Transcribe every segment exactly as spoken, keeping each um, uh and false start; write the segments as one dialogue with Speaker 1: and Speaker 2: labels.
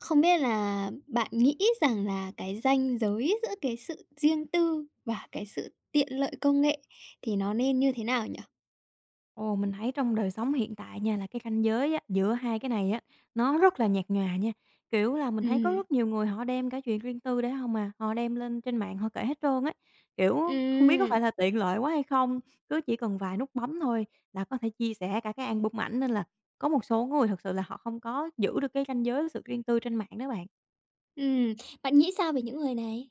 Speaker 1: Không biết là bạn nghĩ rằng là cái ranh giới giữa cái sự riêng tư và cái sự tiện lợi công nghệ thì nó nên như thế nào nhỉ?
Speaker 2: Ồ, mình thấy trong đời sống hiện tại nha là cái ranh giới á, giữa hai cái này á, nó rất là nhạt nhòa nha. Kiểu là, mình thấy có
Speaker 1: Ừm,
Speaker 2: rất nhiều người họ đem cả chuyện riêng tư để không à, họ đem lên trên mạng họ kể hết trơn á. Kiểu, không biết có
Speaker 1: ừm,
Speaker 2: phải là tiện lợi quá hay không? Cứ chỉ cần vài nút bấm thôi là có thể chia sẻ cả cái album ảnh, nên là có một số người thật sự là họ không có giữ được cái ranh giới, sự riêng tư trên mạng đó bạn.
Speaker 1: ừm. Bạn nghĩ sao về những người này?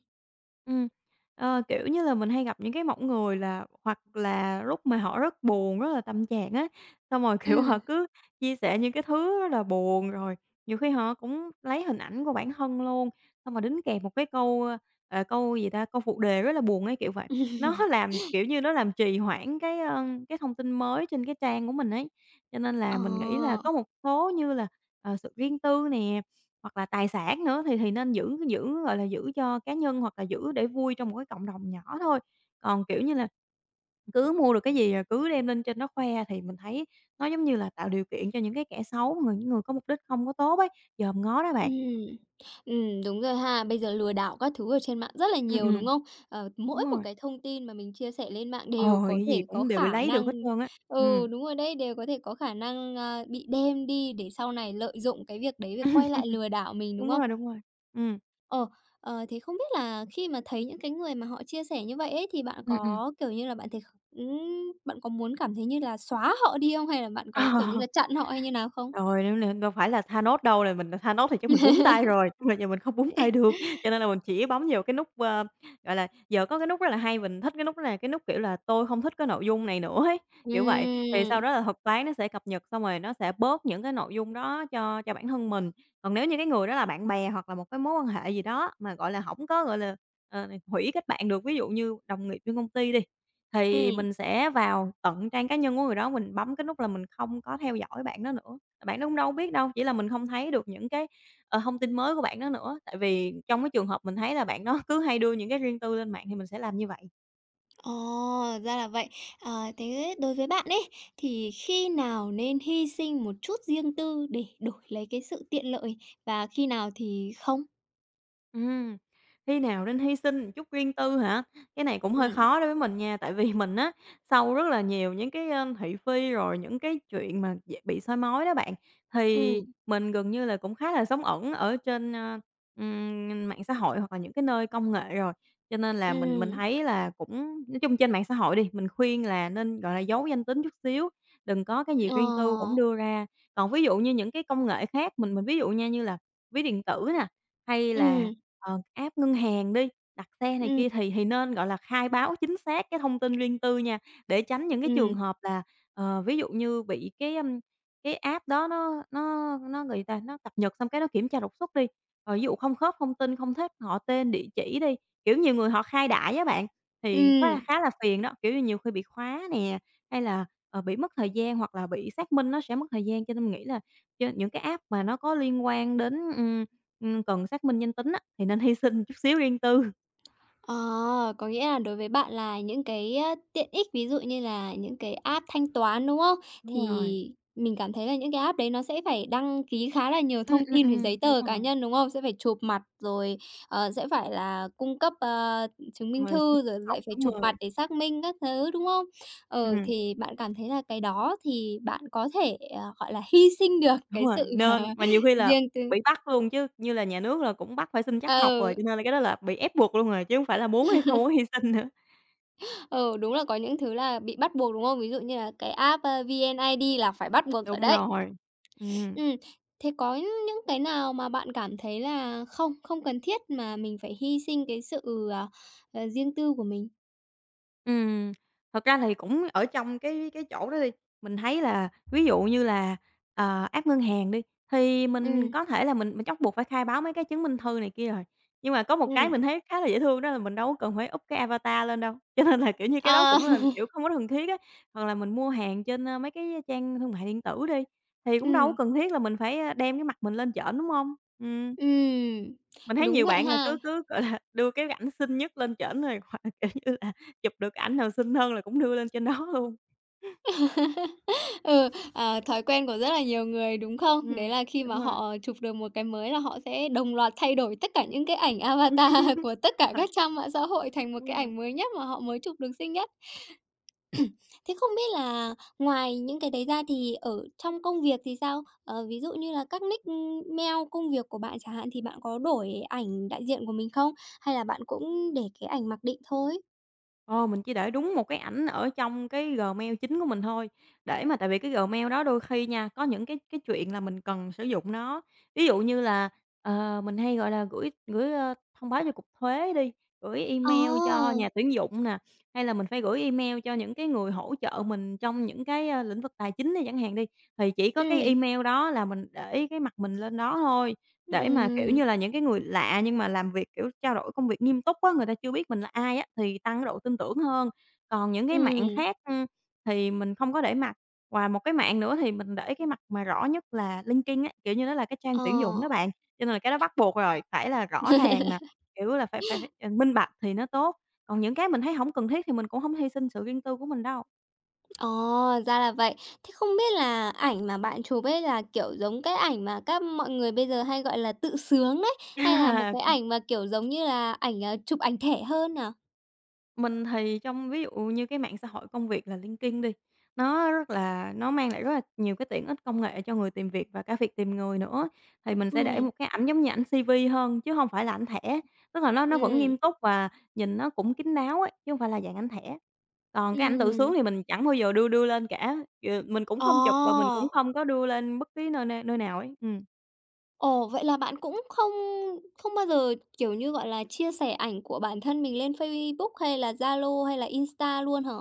Speaker 2: Ừm, ờ, kiểu như là, mình hay gặp những cái mẫu người là hoặc là lúc mà họ rất buồn, rất là tâm trạng á, xong rồi, kiểu, họ
Speaker 1: Ừm.
Speaker 2: cứ chia sẻ những cái thứ rất là buồn, rồi nhiều khi họ cũng lấy hình ảnh của bản thân luôn, xong rồi đính kèm một cái câu, ơ, ờ, câu gì ta, câu phụ đề rất là buồn ấy, kiểu vậy. Nó làm, kiểu như, nó làm trì hoãn cái, ơ, cái thông tin mới trên cái trang của mình ấy, cho nên là
Speaker 1: Ờ.
Speaker 2: mình nghĩ là có một số như là, ờ, sự riêng tư nè, hoặc là tài sản nữa thì thì nên giữ giữ, gọi là, giữ cho cá nhân hoặc là giữ để vui trong một cái cộng đồng nhỏ thôi. Còn, kiểu như là, cứ mua được cái gì, à, cứ đem lên trên đó khoe thì mình thấy nó giống như là tạo điều kiện cho những cái kẻ xấu, người những người có mục đích không có tốt ấy, dòm ngó đó bạn.
Speaker 1: Ừm. Ừm, đúng rồi ha. Bây giờ lừa đảo các thứ ở trên mạng rất là
Speaker 2: Ừm,
Speaker 1: nhiều, đúng
Speaker 2: ừm.
Speaker 1: không? Ờ,
Speaker 2: Đúng
Speaker 1: mỗi một
Speaker 2: rồi,
Speaker 1: cái thông tin mà mình chia sẻ lên mạng đều
Speaker 2: ồ,
Speaker 1: có
Speaker 2: cái gì
Speaker 1: thể có
Speaker 2: cũng đều bị
Speaker 1: khả
Speaker 2: lấy được
Speaker 1: năng
Speaker 2: hết trơn á.
Speaker 1: ừ,
Speaker 2: Ừm,
Speaker 1: đúng rồi đấy, đều có thể có khả năng, a, bị đem đi để sau này lợi dụng cái việc đấy để quay lại lừa đảo mình, đúng
Speaker 2: đúng
Speaker 1: không?
Speaker 2: rồi, đúng rồi. Ừm.
Speaker 1: Ờ, ờ, thế không biết là khi mà thấy những cái người mà họ chia sẻ như vậy ấy, thì bạn
Speaker 2: Ừm, ừm.
Speaker 1: có, kiểu như là, bạn thấy ừm, bạn có muốn cảm thấy như là xóa họ đi không? Hay là bạn có, kiểu như
Speaker 2: Ờ.
Speaker 1: là, chặn họ hay như nào không?
Speaker 2: Rồi, nếu là đâu phải là Thanos đâu, là mình là Thanos thì chắc mình búng tay rồi, nhưng mà giờ mình không búng tay được, cho nên là mình chỉ bấm vào cái nút, ơ, gọi là, giờ có cái nút rất là hay, mình thích cái nút đó là cái nút, kiểu là, "Tôi không thích cái nội dung này nữa" ấy, kiểu vậy. Thì sau
Speaker 1: Ừm,
Speaker 2: đó là thuật toán nó sẽ cập nhật, xong rồi nó sẽ bớt những cái nội dung đó cho cho bản thân mình. Còn nếu như cái người đó là bạn bè hoặc là một cái mối quan hệ gì đó mà, gọi là, hổng có, gọi là, ờ, hủy kết bạn được, ví dụ như đồng nghiệp trên công ty đi, thì
Speaker 1: ừm.
Speaker 2: mình sẽ vào tận trang cá nhân của người đó, mình bấm cái nút là mình không có theo dõi bạn đó nữa, bạn đó cũng đâu biết đâu, chỉ là mình không thấy được những cái, ờ, thông tin mới của bạn đó nữa. Tại vì trong cái trường hợp mình thấy là bạn đó cứ hay đưa những cái riêng tư lên mạng thì mình sẽ làm như vậy.
Speaker 1: Ồ, ra là vậy. À, thế đối với bạn ấy, thì khi nào nên hy sinh một chút riêng tư để đổi lấy cái sự tiện lợi và khi nào thì không?
Speaker 2: Ừm, khi nào nên hy sinh một chút riêng tư hả? Cái này cũng hơi
Speaker 1: Ừm,
Speaker 2: khó đối với mình nha, tại vì mình á, sau rất là nhiều những cái, ơ, thị phi rồi những cái chuyện mà dễ bị soi mói đó bạn, thì
Speaker 1: ừm,
Speaker 2: mình gần như là cũng khá là sống ẩn ở trên, ơ, ừm, mạng xã hội hoặc là những cái nơi công nghệ rồi. Cho nên là mình mình
Speaker 1: ừm,
Speaker 2: thấy là cũng nói chung trên mạng xã hội đi, mình khuyên là nên, gọi là, giấu danh tính chút xíu, đừng có cái gì
Speaker 1: ờ,
Speaker 2: riêng tư cũng đưa ra. Còn ví dụ như những cái công nghệ khác, mình mình ví dụ nha, như là ví điện tử nè, hay là,
Speaker 1: ừm,
Speaker 2: ờ, app ngân hàng đi, đặt xe này
Speaker 1: ừm,
Speaker 2: kia thì thì nên, gọi là, khai báo chính xác cái thông tin riêng tư nha, để tránh những cái trường
Speaker 1: ừm,
Speaker 2: hợp là, ờ, ví dụ như bị cái, ưm, cái app đó nó nó nó người ta nó cập nhật xong cái nó kiểm tra đột xuất đi, rồi ví dụ không khớp thông tin, không thích họ tên, địa chỉ đi, kiểu, nhiều người họ khai đại á bạn, thì khá là
Speaker 1: ừm.
Speaker 2: khá là phiền đó, kiểu như, nhiều khi bị khóa nè, hay là, ờ, bị mất thời gian hoặc là bị xác minh nó sẽ mất thời gian. Cho nên mình nghĩ là trên những cái app mà nó có liên quan đến, ừm, cần xác minh danh tính á, thì nên hy sinh chút xíu riêng tư.
Speaker 1: Ờ, có nghĩa là đối với bạn là những cái, a, tiện ích, ví dụ như là những cái app thanh toán, đúng không?
Speaker 2: Đúng rồi.
Speaker 1: Thì mình cảm thấy là những cái app đấy nó sẽ phải đăng ký khá là nhiều
Speaker 2: Ừm,
Speaker 1: thông
Speaker 2: ừm,
Speaker 1: tin về
Speaker 2: ừm,
Speaker 1: giấy
Speaker 2: đúng
Speaker 1: tờ cá
Speaker 2: rồi.
Speaker 1: nhân, đúng không? Sẽ phải chụp mặt rồi, ờ, sẽ phải là cung cấp, ờ, chứng minh
Speaker 2: Rồi sinh
Speaker 1: thư, rồi
Speaker 2: học,
Speaker 1: lại phải
Speaker 2: đúng
Speaker 1: chụp
Speaker 2: rồi.
Speaker 1: mặt để xác minh các thứ, đúng không? Ừ,
Speaker 2: Ừm,
Speaker 1: thì bạn cảm thấy là cái đó thì bạn có thể, ờ, gọi là, hy sinh được
Speaker 2: đúng
Speaker 1: cái
Speaker 2: rồi,
Speaker 1: sự,
Speaker 2: nên mà nhiều khi là
Speaker 1: riêng tư
Speaker 2: bị bắt luôn chứ, như là nhà nước là cũng bắt phải sinh trắc học rồi, cho
Speaker 1: ừ.
Speaker 2: nên là cái đó là bị ép buộc luôn rồi, chứ hông phải là muốn hay không muốn hy sinh nữa.
Speaker 1: Ừ, đúng là có những thứ là bị bắt buộc, đúng không? Ví dụ như là cái app, a, vê en i đê là phải bắt buộc rồi
Speaker 2: Đúng
Speaker 1: đấy.
Speaker 2: rồi. Ừm.
Speaker 1: Ừm, thế có những cái nào mà bạn cảm thấy là không, không cần thiết mà mình phải hy sinh cái sự, à, ờ, riêng tư của mình?
Speaker 2: Ừm, thật ra thì cũng ở trong cái cái chỗ đó đi, mình thấy là ví dụ như là, ờ, app ngân hàng đi, thì mình
Speaker 1: Ừm,
Speaker 2: có thể là mình mình bắt buộc phải khai báo mấy cái chứng minh thư này kia rồi. Nhưng mà có một cái mình
Speaker 1: ừm,
Speaker 2: thấy khá là dễ thương đó là mình đâu có cần phải up cái avatar lên đâu, cho nên là, kiểu như, cái đó
Speaker 1: ờ,
Speaker 2: cũng là, kiểu, không có cần thiết á. Hoặc là mình mua hàng trên, ơ, mấy cái trang thương mại điện tử đi, thì cũng đâu có
Speaker 1: ừm,
Speaker 2: cần thiết là mình phải, a, đem cái mặt mình lên chợ đúng không? Ừm.
Speaker 1: ừm,
Speaker 2: Mình thấy
Speaker 1: đúng
Speaker 2: nhiều
Speaker 1: vậy
Speaker 2: bạn là
Speaker 1: ha.
Speaker 2: cứ cứ, gọi là, đưa cái ảnh xinh nhất lên trển rồi hoặc là, kiểu như là, chụp được cái ảnh nào xinh hơn là cũng đưa lên trên đó luôn.
Speaker 1: Ừ, à, thói quen của rất là nhiều người, đúng không? Đấy
Speaker 2: Ừm,
Speaker 1: là khi
Speaker 2: đúng
Speaker 1: mà
Speaker 2: rồi,
Speaker 1: họ chụp được một cái mới là họ sẽ đồng loạt thay đổi tất cả những cái ảnh avatar của
Speaker 2: đúng
Speaker 1: tất cả
Speaker 2: rồi,
Speaker 1: các trang mạng xã hội thành một
Speaker 2: đúng
Speaker 1: cái
Speaker 2: rồi.
Speaker 1: ảnh mới nhất mà họ mới chụp được xinh nhất. Thế không biết là ngoài những cái đấy ra thì ở trong công việc thì sao? Ờ, ví dụ như là các nick, mail công việc của bạn chẳng hạn thì bạn có đổi ảnh đại diện của mình không? Hay là bạn cũng để cái ảnh mặc định thôi?
Speaker 2: Ờ, mình chỉ để đúng một cái ảnh ở trong cái Gmail chính của mình thôi, để mà tại vì cái Gmail đó đôi khi nha, có những cái cái chuyện là mình cần sử dụng nó. Ví dụ như là, ờ, mình hay, gọi là, gửi gửi, ơ, thông báo cho cục thuế đi, gửi
Speaker 1: Ờ,
Speaker 2: email cho nhà tuyển dụng nè, hay là mình phải gửi email cho những cái người hỗ trợ mình trong những cái, a, lĩnh vực tài chính đi chẳng hạn đi. Thì chỉ có cái
Speaker 1: ừm,
Speaker 2: email đó là mình để cái mặt mình lên đó thôi, để mà, kiểu
Speaker 1: ừm,
Speaker 2: như là, những cái người lạ nhưng mà làm việc, kiểu, trao đổi công việc nghiêm túc á, người ta chưa biết mình là ai á, thì tăng cái độ tin tưởng hơn. Còn những cái mạng
Speaker 1: ừm,
Speaker 2: khác, ưm, thì mình không có để mặt. Và một cái mạng nữa thì mình để cái mặt mà rõ nhất là LinkedIn á, kiểu như, nó là cái trang
Speaker 1: ờ.
Speaker 2: tuyển dụng đó bạn, cho nên là cái đó bắt buộc rồi, phải là rõ ràng nè, kiểu là, phải phải phải, ờ, minh bạch thì nó tốt. Còn những cái mình thấy hổng cần thiết thì mình cũng hông hy sinh sự riêng tư của mình đâu.
Speaker 1: Ồ, ra là vậy. Thế không biết là ảnh mà bạn chụp ấy là, kiểu, giống cái ảnh mà các mọi người bây giờ hay gọi là tự sướng đấy, hay là một cái ảnh mà, kiểu, giống như là ảnh, ờ, chụp ảnh thẻ hơn nhỉ?
Speaker 2: Mình thì trong ví dụ như cái mạng xã hội công việc là LinkedIn đi, nó rất là nó mang lại rất là nhiều cái tiện ích công nghệ cho người tìm việc và cả việc tìm người nữa. Thì mình sẽ để
Speaker 1: ừ
Speaker 2: một cái ảnh giống như ảnh si vi hơn chứ không phải là ảnh thẻ, tức là nó nó vẫn
Speaker 1: ừ
Speaker 2: nghiêm túc và nhìn nó cũng kín đáo ấy, chứ không phải là dạng ảnh thẻ. Còn cái ảnh tự sướng
Speaker 1: ừ.
Speaker 2: thì mình chẳng bao giờ đưa đưa lên cả, ừ, mình cũng
Speaker 1: Ồ,
Speaker 2: không chụp và mình cũng không có đưa lên bất cứ nơi nơi nào ấy. Ừm.
Speaker 1: ồ, vậy là bạn cũng không không bao giờ, kiểu như, gọi là, chia sẻ ảnh của bản thân mình lên Facebook hay là Zalo hay là Insta luôn hả?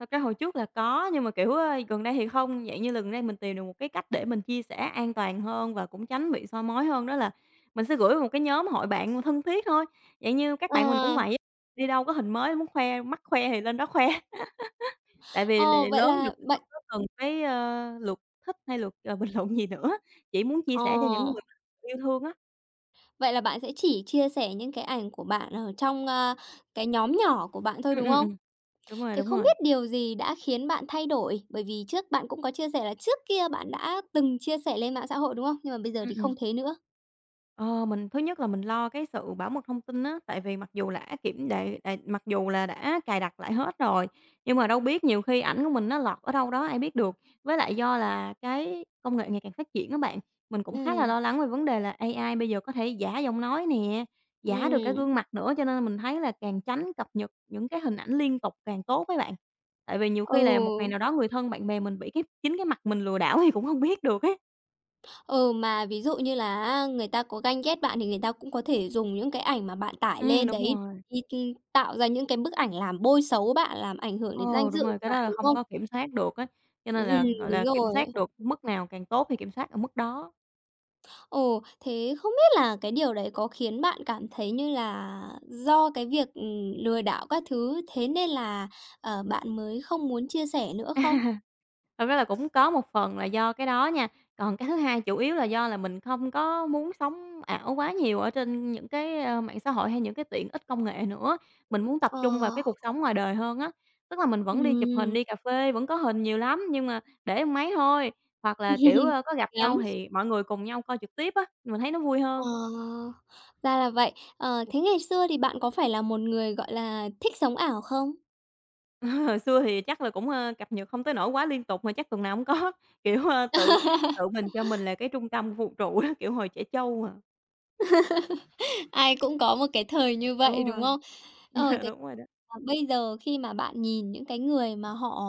Speaker 2: Thật ra hồi trước là có, nhưng mà, kiểu, ơ, gần đây thì không. Dạng như lần đây mình tìm được một cái cách để mình chia sẻ an toàn hơn và cũng tránh bị soi mói hơn, đó là mình sẽ gửi vào một cái nhóm hội bạn thân thiết thôi. Dạng như các bạn mình cũng
Speaker 1: À,
Speaker 2: vậy á, đi đâu có hình mới muốn khoe, mắc khoe thì lên đó khoe, tại vì là
Speaker 1: ồ, vậy
Speaker 2: lớn được
Speaker 1: là
Speaker 2: cũng
Speaker 1: bạn
Speaker 2: hông có cần cái, ơ, lượt thích hay lượt, ờ, bình luận gì nữa, chỉ muốn chia
Speaker 1: ờ.
Speaker 2: sẻ cho những người yêu thương á.
Speaker 1: Vậy là bạn sẽ chỉ chia sẻ những cái ảnh của bạn ở trong, a, cái nhóm nhỏ của bạn thôi,
Speaker 2: Ừm,
Speaker 1: đúng
Speaker 2: ừm,
Speaker 1: không?
Speaker 2: ừm, đúng rồi,
Speaker 1: Thế
Speaker 2: đúng
Speaker 1: không
Speaker 2: rồi.
Speaker 1: biết điều gì đã khiến bạn thay đổi? Bởi vì trước bạn cũng có chia sẻ là trước kia bạn đã từng chia sẻ lên mạng xã hội, đúng không? Nhưng mà bây giờ
Speaker 2: Ừm,
Speaker 1: thì
Speaker 2: ừm.
Speaker 1: không thế nữa.
Speaker 2: Ờ, mình thứ nhất là mình lo cái sự bảo mật thông tin á, tại vì mặc dù là đã kiểm đệ đệ mặc dù là đã cài đặt lại hết rồi, nhưng mà đâu biết nhiều khi ảnh của mình nó lọt ở đâu đó ai biết được. Với lại do là cái công nghệ ngày càng phát triển các bạn, mình cũng
Speaker 1: ừ
Speaker 2: khá là lo lắng về vấn đề là a i bây giờ có thể giả giọng nói nè, giả được cái
Speaker 1: ừ
Speaker 2: gương mặt nữa, cho nên mình thấy là càng tránh cập nhật những cái hình ảnh liên tục càng tốt với bạn. Tại vì nhiều
Speaker 1: ừ,
Speaker 2: khi là một ngày nào đó người thân, bạn bè mình bị cái chính cái mặt mình lừa đảo thì cũng không biết được ấy.
Speaker 1: ừ, mà ví dụ như là người ta có ganh ghét bạn thì người ta cũng có thể dùng những cái ảnh mà bạn tải
Speaker 2: Ừ,
Speaker 1: lên
Speaker 2: đúng
Speaker 1: đấy
Speaker 2: rồi.
Speaker 1: đi đi tạo ra những cái bức ảnh làm bôi xấu bạn, làm ảnh hưởng đến
Speaker 2: Ồ,
Speaker 1: danh
Speaker 2: đúng
Speaker 1: dự
Speaker 2: rồi,
Speaker 1: của
Speaker 2: cái
Speaker 1: bạn,
Speaker 2: đó là
Speaker 1: đúng
Speaker 2: không
Speaker 1: không?
Speaker 2: có kiểm soát được á, cho nên
Speaker 1: Ừm,
Speaker 2: là, gọi là,
Speaker 1: đúng
Speaker 2: kiểm
Speaker 1: rồi.
Speaker 2: soát được mức nào càng tốt thì kiểm soát ở mức đó.
Speaker 1: Ồ, thế không biết là cái điều đấy có khiến bạn cảm thấy như là do cái việc, ừm, lừa đảo các thứ, thế nên là, ờ, bạn mới không muốn chia sẻ nữa không?
Speaker 2: Thật ra là cũng có một phần là do cái đó nha, còn cái thứ hai chủ yếu là do là mình không có muốn sống ảo quá nhiều ở trên những cái, ơ, mạng xã hội hay những cái tiện ích công nghệ nữa. Mình muốn tập
Speaker 1: Ờ,
Speaker 2: trung vào cái cuộc sống ngoài đời hơn á, tức là mình vẫn đi chụp hình,
Speaker 1: ừm.
Speaker 2: đi cà phê vẫn có hình nhiều lắm, nhưng mà để trên máy thôi, hoặc là, kiểu, ơ, có gặp
Speaker 1: Lắm.
Speaker 2: nhau thì mọi người cùng nhau coi trực tiếp á, mình thấy nó vui hơn.
Speaker 1: Ờ, ra là vậy. Ờ, thế ngày xưa thì bạn có phải là một người, gọi là, thích sống ảo không?
Speaker 2: Hồi xưa thì chắc là cũng, ơ, cập nhật không tới nỗi quá liên tục mà chắc tuần nào cũng có, kiểu, ơ, tự tự mình cho mình là cái trung tâm vũ trụ á, kiểu, hồi trẻ trâu à.
Speaker 1: Ai cũng có một cái thời như vậy,
Speaker 2: Đúng
Speaker 1: đúng
Speaker 2: rồi,
Speaker 1: không? Ờ, thế
Speaker 2: đúng rồi đó.
Speaker 1: Ờ, bây giờ khi mà bạn nhìn những cái người mà họ,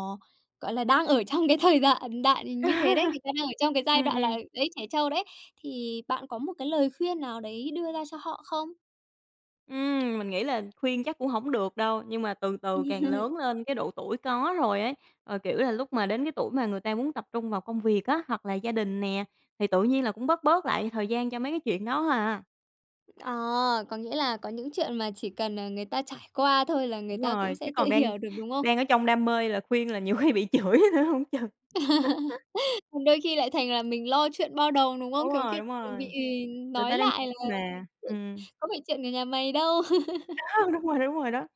Speaker 1: gọi là, đang ở trong cái thời đoạn đoạn như thế đấy, người ta đang ở trong cái giai
Speaker 2: Ừm,
Speaker 1: đoạn
Speaker 2: ừm,
Speaker 1: là đấy, trẻ trâu đấy, thì bạn có một cái lời khuyên nào đấy đưa ra cho họ không?
Speaker 2: ừm, mình nghĩ là khuyên chắc cũng không được đâu, nhưng mà từ từ càng lớn lên cái độ tuổi có rồi ấy, ờ, kiểu là, lúc mà đến cái tuổi mà người ta muốn tập trung vào công việc á, hoặc là gia đình nè, thì tự nhiên là cũng bớt bớt lại thời gian cho mấy cái chuyện đó à.
Speaker 1: Ờ, có nghĩa là có những chuyện mà chỉ cần, ờ, người ta trải qua thôi là người
Speaker 2: Đúng
Speaker 1: ta
Speaker 2: rồi,
Speaker 1: cũng
Speaker 2: chứ
Speaker 1: sẽ tự
Speaker 2: còn đang
Speaker 1: hiểu được, đúng không?
Speaker 2: đang ở trong đam mê là khuyên là nhiều khi bị chửi nữa hông chừng.
Speaker 1: Còn đôi khi lại thành là mình lo chuyện bao đầu, đúng
Speaker 2: Đúng
Speaker 1: không? Khéo
Speaker 2: rồi,
Speaker 1: khi
Speaker 2: đúng
Speaker 1: còn bị
Speaker 2: rồi.
Speaker 1: ừ,
Speaker 2: Người
Speaker 1: nói
Speaker 2: ta đang
Speaker 1: lại
Speaker 2: vui
Speaker 1: là
Speaker 2: mà, ừm.
Speaker 1: "Có phải chuyện của nhà mày đâu."
Speaker 2: Đó, đúng rồi, đúng rồi đó.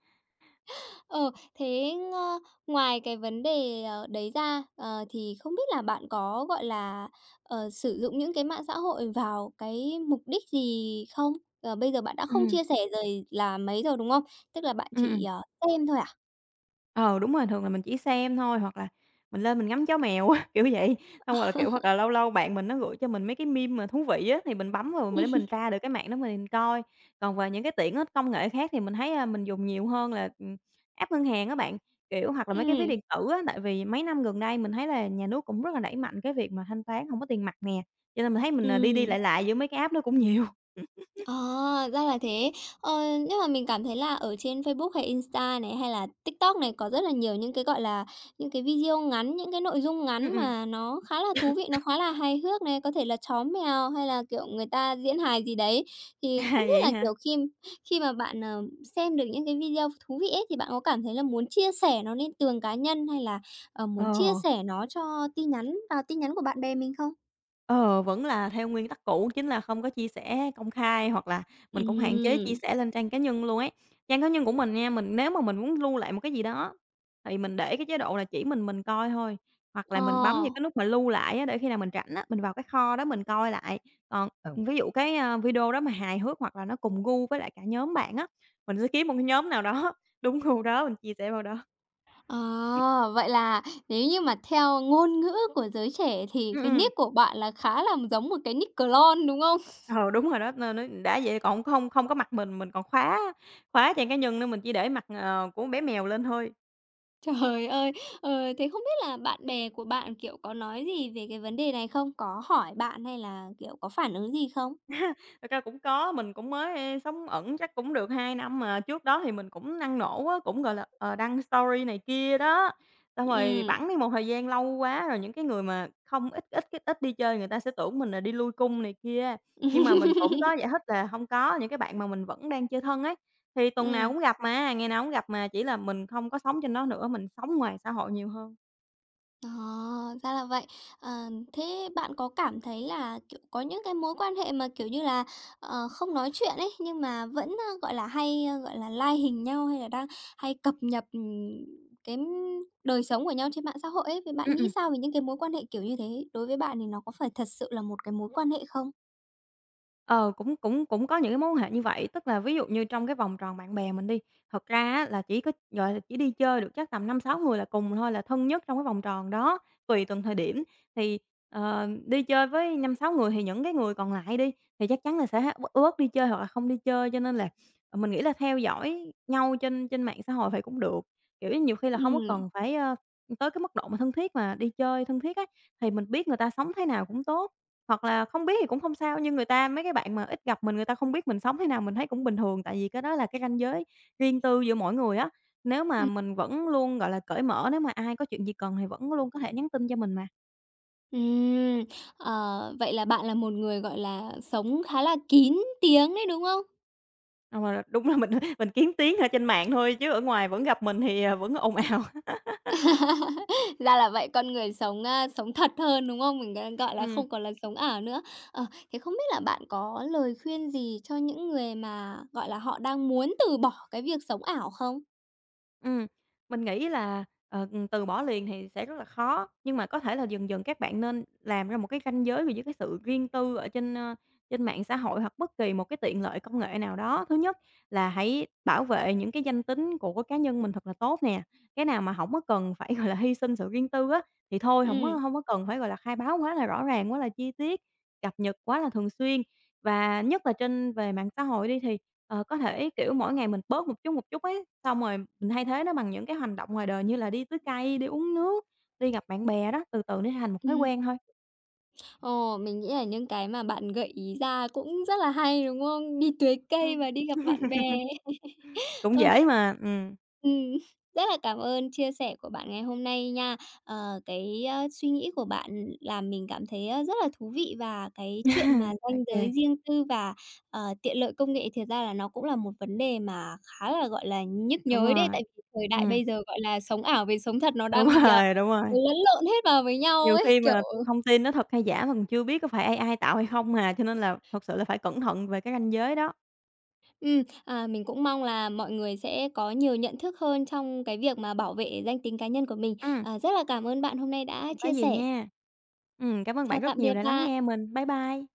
Speaker 1: Ờ, thế, ơ, ngoài cái vấn đề, ờ, đấy ra, ờ, thì không biết là bạn có, gọi là, ờ, sử dụng những cái mạng xã hội vào cái mục đích gì không? Ờ, bây giờ bạn đã không
Speaker 2: Ừm,
Speaker 1: chia sẻ rồi là mấy rồi, đúng không? Tức là bạn
Speaker 2: ừm,
Speaker 1: chỉ,
Speaker 2: ừm.
Speaker 1: ờ, xem thôi à?
Speaker 2: Ờ, đúng rồi, thường là mình chỉ xem thôi, hoặc là mình lên mình ngắm chó mèo á, kiểu vậy. Xong rồi là, kiểu, hoặc là lâu lâu bạn mình nó gửi cho mình mấy cái meme mà thú vị á, thì mình bấm vào mình để mình tra được cái mạng đó mình coi. Còn về những cái tiện ích công nghệ khác thì mình thấy, a, mình dùng nhiều hơn là, ừm, app ngân hàng á bạn, kiểu, hoặc là mấy cái ví
Speaker 1: Ừ
Speaker 2: điện tử á. Tại vì mấy năm gần đây mình thấy là nhà nước cũng rất là đẩy mạnh cái việc mà thanh toán hổng có tiền mặt nè, cho nên mình thấy
Speaker 1: ừ
Speaker 2: mình, à, đi đi lại lại giữa mấy cái app đó cũng nhiều.
Speaker 1: À, ra là thế. Ờ, nhưng mà mình cảm thấy là ở trên Facebook hay Insta này, hay là TikTok này có rất là nhiều những cái, gọi là, những cái video ngắn, những cái nội dung
Speaker 2: Ừm,
Speaker 1: ngắn
Speaker 2: ừm.
Speaker 1: mà nó khá là thú vị, nó khá là hài hước này, có thể là chó mèo hay là, kiểu, người ta diễn hài gì đấy. Thì không
Speaker 2: À,
Speaker 1: biết
Speaker 2: vậy
Speaker 1: là,
Speaker 2: hả?
Speaker 1: kiểu, khi khi mà bạn, ờ, xem được những cái video thú vị ấy, thì bạn có cảm thấy là muốn chia sẻ nó lên tường cá nhân hay là, ờ, muốn chia
Speaker 2: Ờ,
Speaker 1: sẻ nó cho tin nhắn vào tin nhắn của bạn bè mình không?
Speaker 2: ờ, vẫn là theo nguyên tắc cũ, chính là không có chia sẻ công khai hoặc là
Speaker 1: ừ.
Speaker 2: mình cũng hạn chế chia sẻ lên trang cá nhân luôn ấy. Trang cá nhân của mình nha, mình nếu mà mình muốn lưu lại một cái gì đó thì mình để cái chế độ là chỉ mình mình coi thôi, hoặc là
Speaker 1: ờ.
Speaker 2: mình bấm vào cái nút mà lưu lại á, để khi nào mình rảnh á, mình vào cái kho đó mình coi lại. Còn ừ, ví dụ cái, a, video đó mà hài hước hoặc là nó cùng gu với lại cả nhóm bạn á, mình sẽ kiếm một cái nhóm nào đó đúng gu đó mình chia sẻ vào đó.
Speaker 1: Ờ, vậy là nếu như mà theo ngôn ngữ của giới trẻ thì
Speaker 2: Ừm,
Speaker 1: cái
Speaker 2: ừm.
Speaker 1: nick của bạn là khá là giống một cái nick clone, đúng không?
Speaker 2: Ờ, đúng rồi đó, nên nó đã vậy còn không không có mặt mình, mình còn khóa khóa trên cá nhân nữa, mình chỉ để mặt, ờ, của bé mèo lên thôi.
Speaker 1: Trời ơi! Ờ, thế không biết là bạn bè của bạn, kiểu, có nói gì về cái vấn đề này không? Có hỏi bạn hay là, kiểu, có phản ứng gì không?
Speaker 2: Thật ra cũng có, mình cũng mới sống ẩn chắc cũng được hai năm mà. Trước đó thì mình cũng năng nổ á, cũng, gọi là, ờ, đăng story này kia đó. Xong rồi thì
Speaker 1: Ừm.
Speaker 2: bẵng đi một thời gian lâu quá rồi những cái người mà không ít ít cái ít đi chơi người ta sẽ tưởng mình là đi lui cung này kia. Nhưng mà mình cũng có giải thích là không có, những cái bạn mà mình vẫn đang chơi thân ấy, thì tuần nào
Speaker 1: Ừm.
Speaker 2: cũng gặp mà, ngày nào cũng gặp mà, chỉ là mình không có sống trên đó nữa, mình sống ngoài xã hội nhiều hơn.
Speaker 1: Ờ, ra là vậy. Ờ, thế bạn có cảm thấy là, kiểu, có những cái mối quan hệ mà, kiểu như là, ờ, không nói chuyện ấy, nhưng mà vẫn, ơ, gọi là, hay, ơ, gọi là, lai hình nhau hay là đang hay cập nhật, ừm, cái m- đời sống của nhau trên mạng xã hội ấy, thì bạn
Speaker 2: Ừm,
Speaker 1: nghĩ
Speaker 2: ừm.
Speaker 1: sao về những cái mối quan hệ kiểu như thế? Đối với bạn thì nó có phải thật sự là một cái mối quan hệ không?
Speaker 2: Ờ, cũng cũng cũng có những cái mối quan hệ như vậy. Tức là ví dụ như trong cái vòng tròn bạn bè mình đi, thật ra á là chỉ có, gọi là, chỉ đi chơi được chắc tầm năm sáu người là cùng thôi, là thân nhất trong cái vòng tròn đó, tùy từng thời điểm. Thì, ờ, đi chơi với năm sáu người thì những cái người còn lại đi, thì chắc chắn là sẽ u uất đi chơi hoặc là không đi chơi. Cho nên là, ờ, mình nghĩ là theo dõi nhau trên trên mạng xã hội thì cũng được, kiểu như, nhiều khi là
Speaker 1: ừ
Speaker 2: không có cần phải, ơ, tới cái mức độ mà thân thiết mà đi chơi thân thiết ấy, thì mình biết người ta sống thế nào cũng tốt. Hoặc là không biết thì cũng không sao, nhưng người ta mấy cái bạn mà ít gặp mình, người ta không biết mình sống thế nào mình thấy cũng bình thường, tại vì cái đó là cái ranh giới riêng tư giữa mỗi người á. Nếu mà
Speaker 1: Ừm.
Speaker 2: mình vẫn luôn, gọi là, cởi mở, nếu mà ai có chuyện gì cần thì vẫn luôn có thể nhắn tin cho mình mà.
Speaker 1: Ừm, ờ, vậy là bạn là một người, gọi là, sống khá là kín tiếng đấy, đúng không?
Speaker 2: Ờ, mà đúng là mình mình kiếm tiếng ở trên mạng thôi chứ ở ngoài vẫn gặp mình thì, à, vẫn ồn ào.
Speaker 1: Ra là vậy, con người sống, a, sống thật hơn, đúng không? Mình, g gọi là,
Speaker 2: Ừm.
Speaker 1: không còn là sống ảo nữa. Ờ, thế không biết là bạn có lời khuyên gì cho những người mà, gọi là, họ đang muốn từ bỏ cái việc sống ảo không?
Speaker 2: Ừm, mình nghĩ là, ờ, từ bỏ liền thì sẽ rất là khó, nhưng mà có thể là dần dần các bạn nên làm ra một cái ranh giới về giữa cái sự riêng tư ở trên, ơ, trên mạng xã hội hoặc bất kỳ một cái tiện lợi công nghệ nào đó. Thứ nhất là hãy bảo vệ những cái danh tính của cá nhân mình thật là tốt nè, cái nào mà không có cần phải, gọi là, hy sinh sự riêng tư á, thì thôi không có
Speaker 1: Ừm,
Speaker 2: không có cần phải, gọi là, khai báo quá là rõ ràng, quá là chi tiết, cập nhật quá là thường xuyên. Và nhất là trên về mạng xã hội đi thì ờ, có thể, kiểu, mỗi ngày mình bớt một chút, một chút ấy, xong rồi mình thay thế nó bằng những cái hành động ngoài đời như là đi tưới cây, đi uống nước, đi gặp bạn bè đó, từ từ nó thành một thói
Speaker 1: ừm.
Speaker 2: quen thôi.
Speaker 1: Ồ, mình nghĩ là những cái mà bạn gợi ý ra cũng rất là hay, đúng không? Đi tưới cây
Speaker 2: Ừm.
Speaker 1: và đi gặp bạn bè.
Speaker 2: Cũng
Speaker 1: Ờ.
Speaker 2: dễ mà, ừm.
Speaker 1: Ừm, rất là cảm ơn chia sẻ của bạn ngày hôm nay nha. Ờ, cái, ơ, suy nghĩ của bạn làm mình cảm thấy, ơ, rất là thú vị và cái chuyện mà ranh giới
Speaker 2: Ô,
Speaker 1: riêng tư và, ờ, tiện lợi công nghệ thiệt ra là nó cũng là một vấn đề mà khá là, gọi là, nhức
Speaker 2: đúng
Speaker 1: nhối đấy,
Speaker 2: rồi.
Speaker 1: tại vì thời đại
Speaker 2: Ừm,
Speaker 1: bây giờ, gọi là, sống ảo với sống thật nó
Speaker 2: đúng
Speaker 1: đang bị, à,
Speaker 2: rồi, đúng rồi.
Speaker 1: lẫn lộn hết vào với nhau
Speaker 2: Nhiều
Speaker 1: ấy,
Speaker 2: khi
Speaker 1: kiểu
Speaker 2: mà thông tin nó thật hay giả mà mình chưa biết có phải a i tạo hay không mà cho nên là thật sự là phải cẩn thận về cái ranh giới đó.
Speaker 1: Ừm, à, mình cũng mong là mọi người sẽ có nhiều nhận thức hơn trong cái việc mà bảo vệ danh tính cá nhân của mình.
Speaker 2: Ừm,
Speaker 1: À, rất là cảm ơn bạn hôm nay đã
Speaker 2: hông có
Speaker 1: chia
Speaker 2: gì
Speaker 1: sẻ.
Speaker 2: nha. Ừm, cảm ơn
Speaker 1: Chào
Speaker 2: bạn rất
Speaker 1: tạm
Speaker 2: nhiều
Speaker 1: biệt
Speaker 2: đã lắng
Speaker 1: bạn.
Speaker 2: nghe mình. Bye bye.